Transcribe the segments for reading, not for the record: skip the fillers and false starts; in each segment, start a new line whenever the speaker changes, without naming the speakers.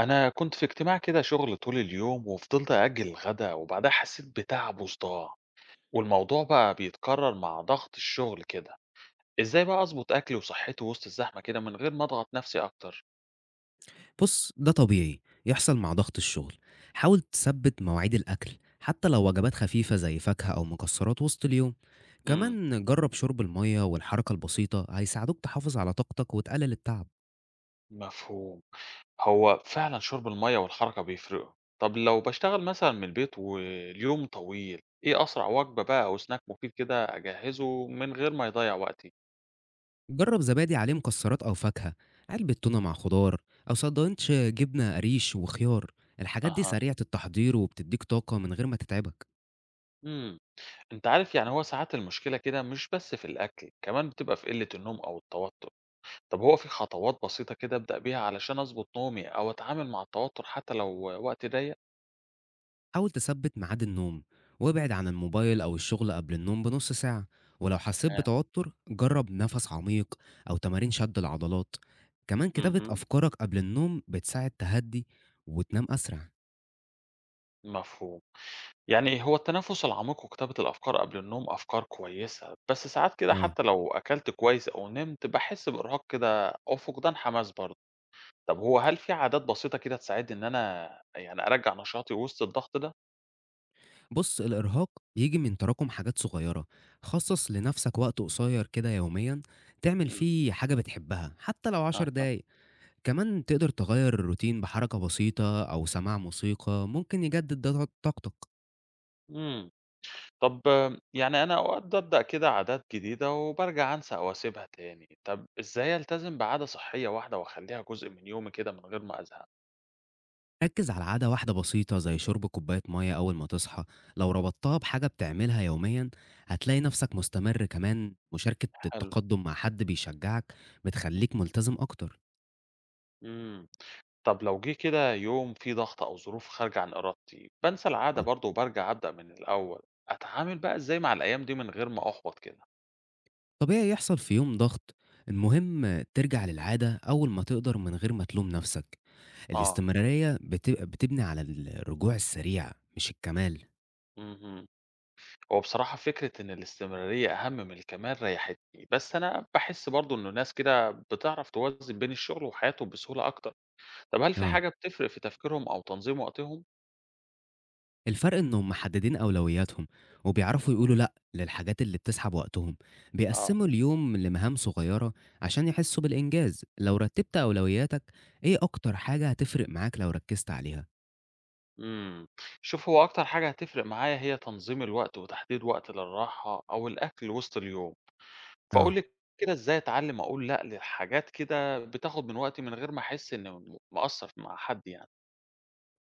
أنا كنت في اجتماع كده شغل طول اليوم وفضلت أأجل الغدا وبعدها حسيت بتعب وصداع، والموضوع بقى بيتكرر مع ضغط الشغل كده. إزاي بقى أظبط أكلي وصحتي وسط الزحمة كده من غير ما أضغط نفسي أكتر؟
بُص، ده طبيعي يحصل مع ضغط الشغل. حاول تثبّت مواعيد الأكل حتى لو وجبات خفيفة زي فاكهة أو مكسرات وسط اليوم.
امم.
كمان جرّب شرب المَيّة والحركة البسيطة هيساعدوك تحافظ على طاقتك وتقلل التعب.
مفهوم. هو فعلا شرب المية والحركة بيفرقوا. طب لو بشتغل مثلا من البيت واليوم طويل، إيه أسرع وجبة بقى أو سناك مفيد كده أجهزه من غير ما يضيع وقتي؟
جرّب زبادي عليه مكسرات أو فاكهة، علبة تونة مع خضار أو ساندوتش جبنة قريش وخيار. الحاجات دي
أها.
سريعة التحضير وبتدّيك طاقة من غير ما تتعبك.
امم. أنت عارف، يعني هو ساعات المشكلة كده مش بس في الأكل، كمان بتبقى في قلة النوم أو التوتر. طب هو في خطوات بسيطة كده أبدأ بيها علشان أضبط نومي أو أتعامل مع التوتر حتى لو وقتي ضيق؟
حاول تثبت ميعاد النوم وابعد عن الموبايل أو الشغل قبل النوم بنص ساعة، ولو حسيت
آه.
بتوتر جرب نفس عميق أو تمارين شد العضلات. كمان كتابة
مهم.
أفكارك قبل النوم بتساعد تهدي وتنام أسرع.
مفهوم، يعني هو التنفس العميق وكتابة الأفكار قبل النوم أفكار كويسة، بس ساعات كده
آه.
حتى لو أكلت كويس أو نمت بحس بإرهاق كده أو فقدان حماس برضه. طب هو هل في عادات بسيطة كده تساعدني إن أنا يعني أرجع نشاطي وسط الضغط ده؟
بص، الإرهاق بيجي من تراكم حاجات صغيرة. خصص لنفسك وقت قصير كده يوميا تعمل
مم.
فيه حاجة بتحبها حتى لو عشر
أها.
دقايق. كمان تقدر تغير الروتين بحركة بسيطة أو سماع موسيقى ممكن يجدد ده طاقتك.
مم. طب يعني أنا أوقات بابدأ كده عادات جديدة وبارجع أنسى أو أسيبها تاني، طب إزاي ألتزم بعادة صحية واحدة وأخليها جزء من يومي كده من غير ما أزهق؟
ركز على عادة واحدة بسيطة زي شرب كوباية مية أول ما تصحى. لو ربطتها بحاجة بتعملها يوميا هتلاقي نفسك مستمر. كمان مشاركة
حلو.
التقدم مع حد بيشجعك بتخليك ملتزم أكتر.
إمم. طب لو جه كده يوم فيه ضغط أو ظروف خارجة عن إرادتي، بانسى العادة
آه،
برضه وبارجع أبدأ من الأول، أتعامل بقى إزاي مع الأيام دي من غير ما أحبط كده؟
طبيعي يحصل في يوم ضغط. المهم ترجع للعادة أول ما تقدر من غير ما تلوم نفسك.
آه.
الاستمرارية بتبني على الرجوع السريع، مش الكمال.
اهم. هو بصراحة فكرة إن الاستمرارية أهم من الكمال ريحتني، بس أنا باحس برضه إنه ناس كده بتعرف توازن بين الشغل وحياته بسهولة أكتر. طب هل في
آه.
حاجة بتفرق في تفكيرهم أو تنظيم وقتهم؟
الفرق إنهم محددين أولوياتهم وبيعرفوا يقولوا لأ للحاجات اللي بتسحب وقتهم.
اه.
بيقسموا اليوم لمهام صغيرة عشان يحسوا بالإنجاز. لو رتبت أولوياتك، إيه أكتر حاجة هتفرق معاك لو ركزت عليها؟
إمم. شوف هو أكتر حاجة هتفرق معايا هي تنظيم الوقت وتحديد وقت للراحة أو الأكل وسط اليوم. فقُل
آه.
لي كده إزاي أتعلم أقول لأ لحاجات كده بتاخد من وقتي من غير ما أحس إني مقصّر مع حد يعني؟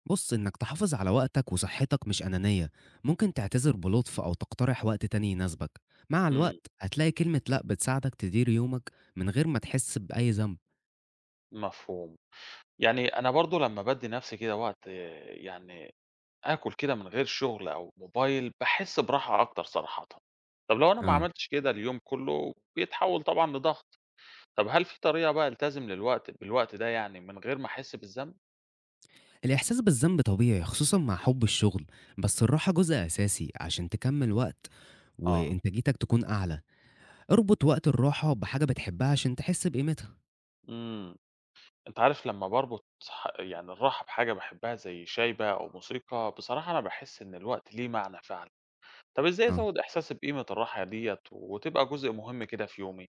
بص، إنك تحافظ على وقتك وصحتك مش أنانية. ممكن تعتذر بلطف أو تقترح وقت تاني يناسبك. مع
امم.
الوقت هتلاقي كلمة لأ بتساعدك تدير يومك من غير ما تحس بأي ذنب.
مفهوم، يعني أنا برضه لمّا بادّي نَفْسي كده وقت، يعني آكُل كده من غير شُغل أو موبايل باحس براحة أكتر صراحةً. طب لو أنا ما
آه.
عملتش كده اليوم كُلّه بيتحوّل طبعًا لضغط. طب هل في طريقة بقى ألتزم للوقت بالوقت ده يعني من غير ما أحس بالذنب؟
الإحساس بالذنب طبيعي خصوصًا مع حُب الشغل، بس الراحة جزء أساسي عشان تكمّل وقت
آه.
وإنتاجيتك تكون أعلى. اربط وقت الراحة بحاجة بتحبها عشان تحس بقيمتها.
إمم. أنت عارف لمّا باربط يعني الراحة بحاجة باحبها زي شاي بقى أو موسيقى، بصراحة أنا باحس إن الوقت ليه معنى فعلًا. طب إزاي
آه.
أزوّد إحساسي بقيمة الراحة ديّة وتبقى جزء مهم كده في يومي؟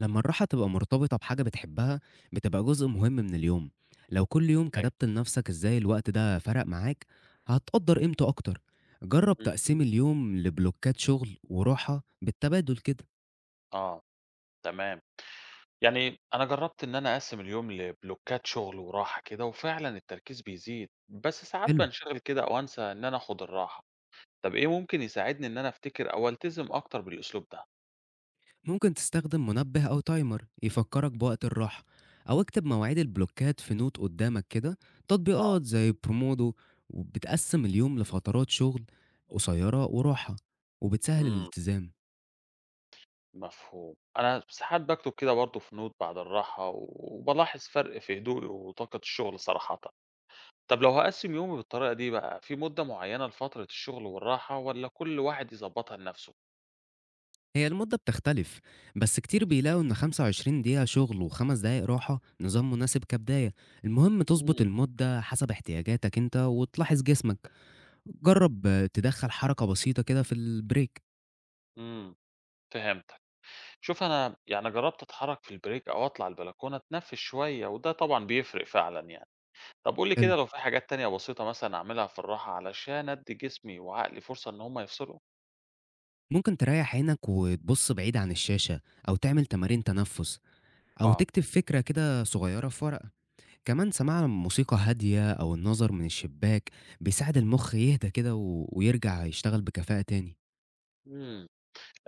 لمّا الراحة تبقى مرتبطة بحاجة بتحبها، بتبقى جزء مهم من اليوم. لو كل يوم
أيوه.
كتبت لنفسك إزاي الوقت ده فرق معاك، هتقدّر قيمته أكتر. جرّب تقسيم
اهم.
اليوم لبلوكات شغل وراحة بالتبادل كده.
آه. تمام. يعني أنا جرّبت إن أنا أقسّم اليوم لبلوكات شغل وراحة كده وفعلًا التركيز بيزيد، بس ساعات
حلو.
بانشغل كده أو أنسى إن أنا آخُد الراحة. طب إيه ممكن يساعدني إن أنا أفتكر أو ألتزم أكتر بالأسلوب ده؟
ممكن تستخدم منبه أو تايمر يفكرك بوقت الراحة، أو اكتب مواعيد البلوكات في نوت قدامك كده.
اه.
تطبيقات زي برومودو وبتقسم اليوم لفترات شغل قصيرة وراحة وبتسهل
امم.
الالتزام.
مفهوم. أنا ساعات بكتب كده برضه في نوت بعد الراحة وبلاحظ فرق في هدوئي وطاقة الشغل صراحة. طب لو هقسم يومي بالطريقة دي بقى، في مدة معينة لفترة الشغل والراحة ولا كل واحد يظبطها لنفسه؟
هي المدة بتختلف، بس كتير بيلاقوا إن 25 دقيقة شغل وخمس دقايق راحة نظام مناسب كبداية. المهم تظبط
امم.
المدة حسب احتياجاتك انت وتلاحظ جسمك. جرب تدخل حركة بسيطة كده في البريك.
امم. فهمتك. شوف أنا يعني جربت أتحرك في البريك أو أطلع البلكونة أتنفس شوية وده طبعا بيفرق فعلا يعني. طب قُل لي كده لو في حاجات تانية بسيطة مثلًا أعملها في الراحة علشان أدّي جسمي وعقلي فرصة إن هُم يفصلوا؟
ممكن تريّح عينك وتبُص بعيد عن الشاشة، أو تعمل تمارين تنفُّس، أو
آه.
تكتب فكرة كده صغيّرة في ورقة. كمان سماع موسيقى هادية أو النَظَر من الشباك بيساعد المُخ يهدى كده ويرجع يشتغل بكفاءة تاني.
إمم.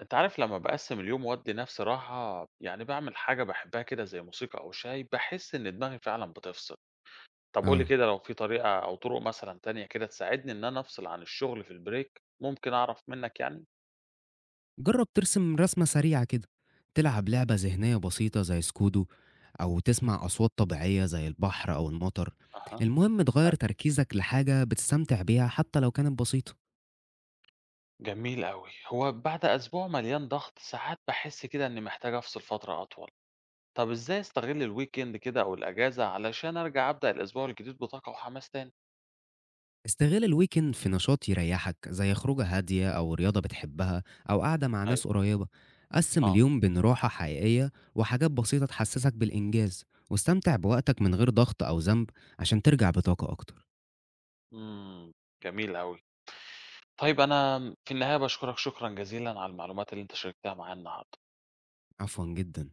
أنت عارف لمّا باقسّم اليوم وأدّي نفسي راحة، يعني باعمل حاجة باحبها كده زي موسيقى أو شاي، باحس إن دماغي فعلًا بتفصل. طب قُل لي
آه.
كده لو في طريقة أو طُرق مثلًا تانية كده تساعدني إن أنا أفصل عن الشغل في البريك، ممكن أعرف منّك يعني؟
جرّب ترسم رسمة سريعة كده، تلعب لعبة ذهنية بسيطة زي سكودو، أو تسمع أصوات طبيعية زي البحر أو المطر.
أها.
المهم تغيّر
حلو.
تركيزك لحاجة بتستمتع بيها حتى لو كانت بسيطة.
جميل أوي. هو بعد أسبوع مليان ضغط، ساعات باحس كده إنّي محتاج أفصل فترة أطول. طب إزاي أستغل الweekend كده أو الأجازة علشان أرجع أبدأ الأسبوع الجديد بطاقة وحماس تاني؟
استغل الويكند في نشاط يريحك زي خروجة هادية أو رياضة بتحبها أو قاعدة مع
أيوه.
ناس قريبة. قسم
آه.
اليوم بين راحة حقيقية وحاجات بسيطة تحسسك بالإنجاز، واستمتع بوقتك من غير ضغط أو ذنب عشان ترجع بطاقة أكتر.
إمم. جميل أوي. طيب أنا في النهاية باشكرك شكرًا جزيلًا على المعلومات اللي أنت شاركتها معايا النهارده.
عفوا جدا.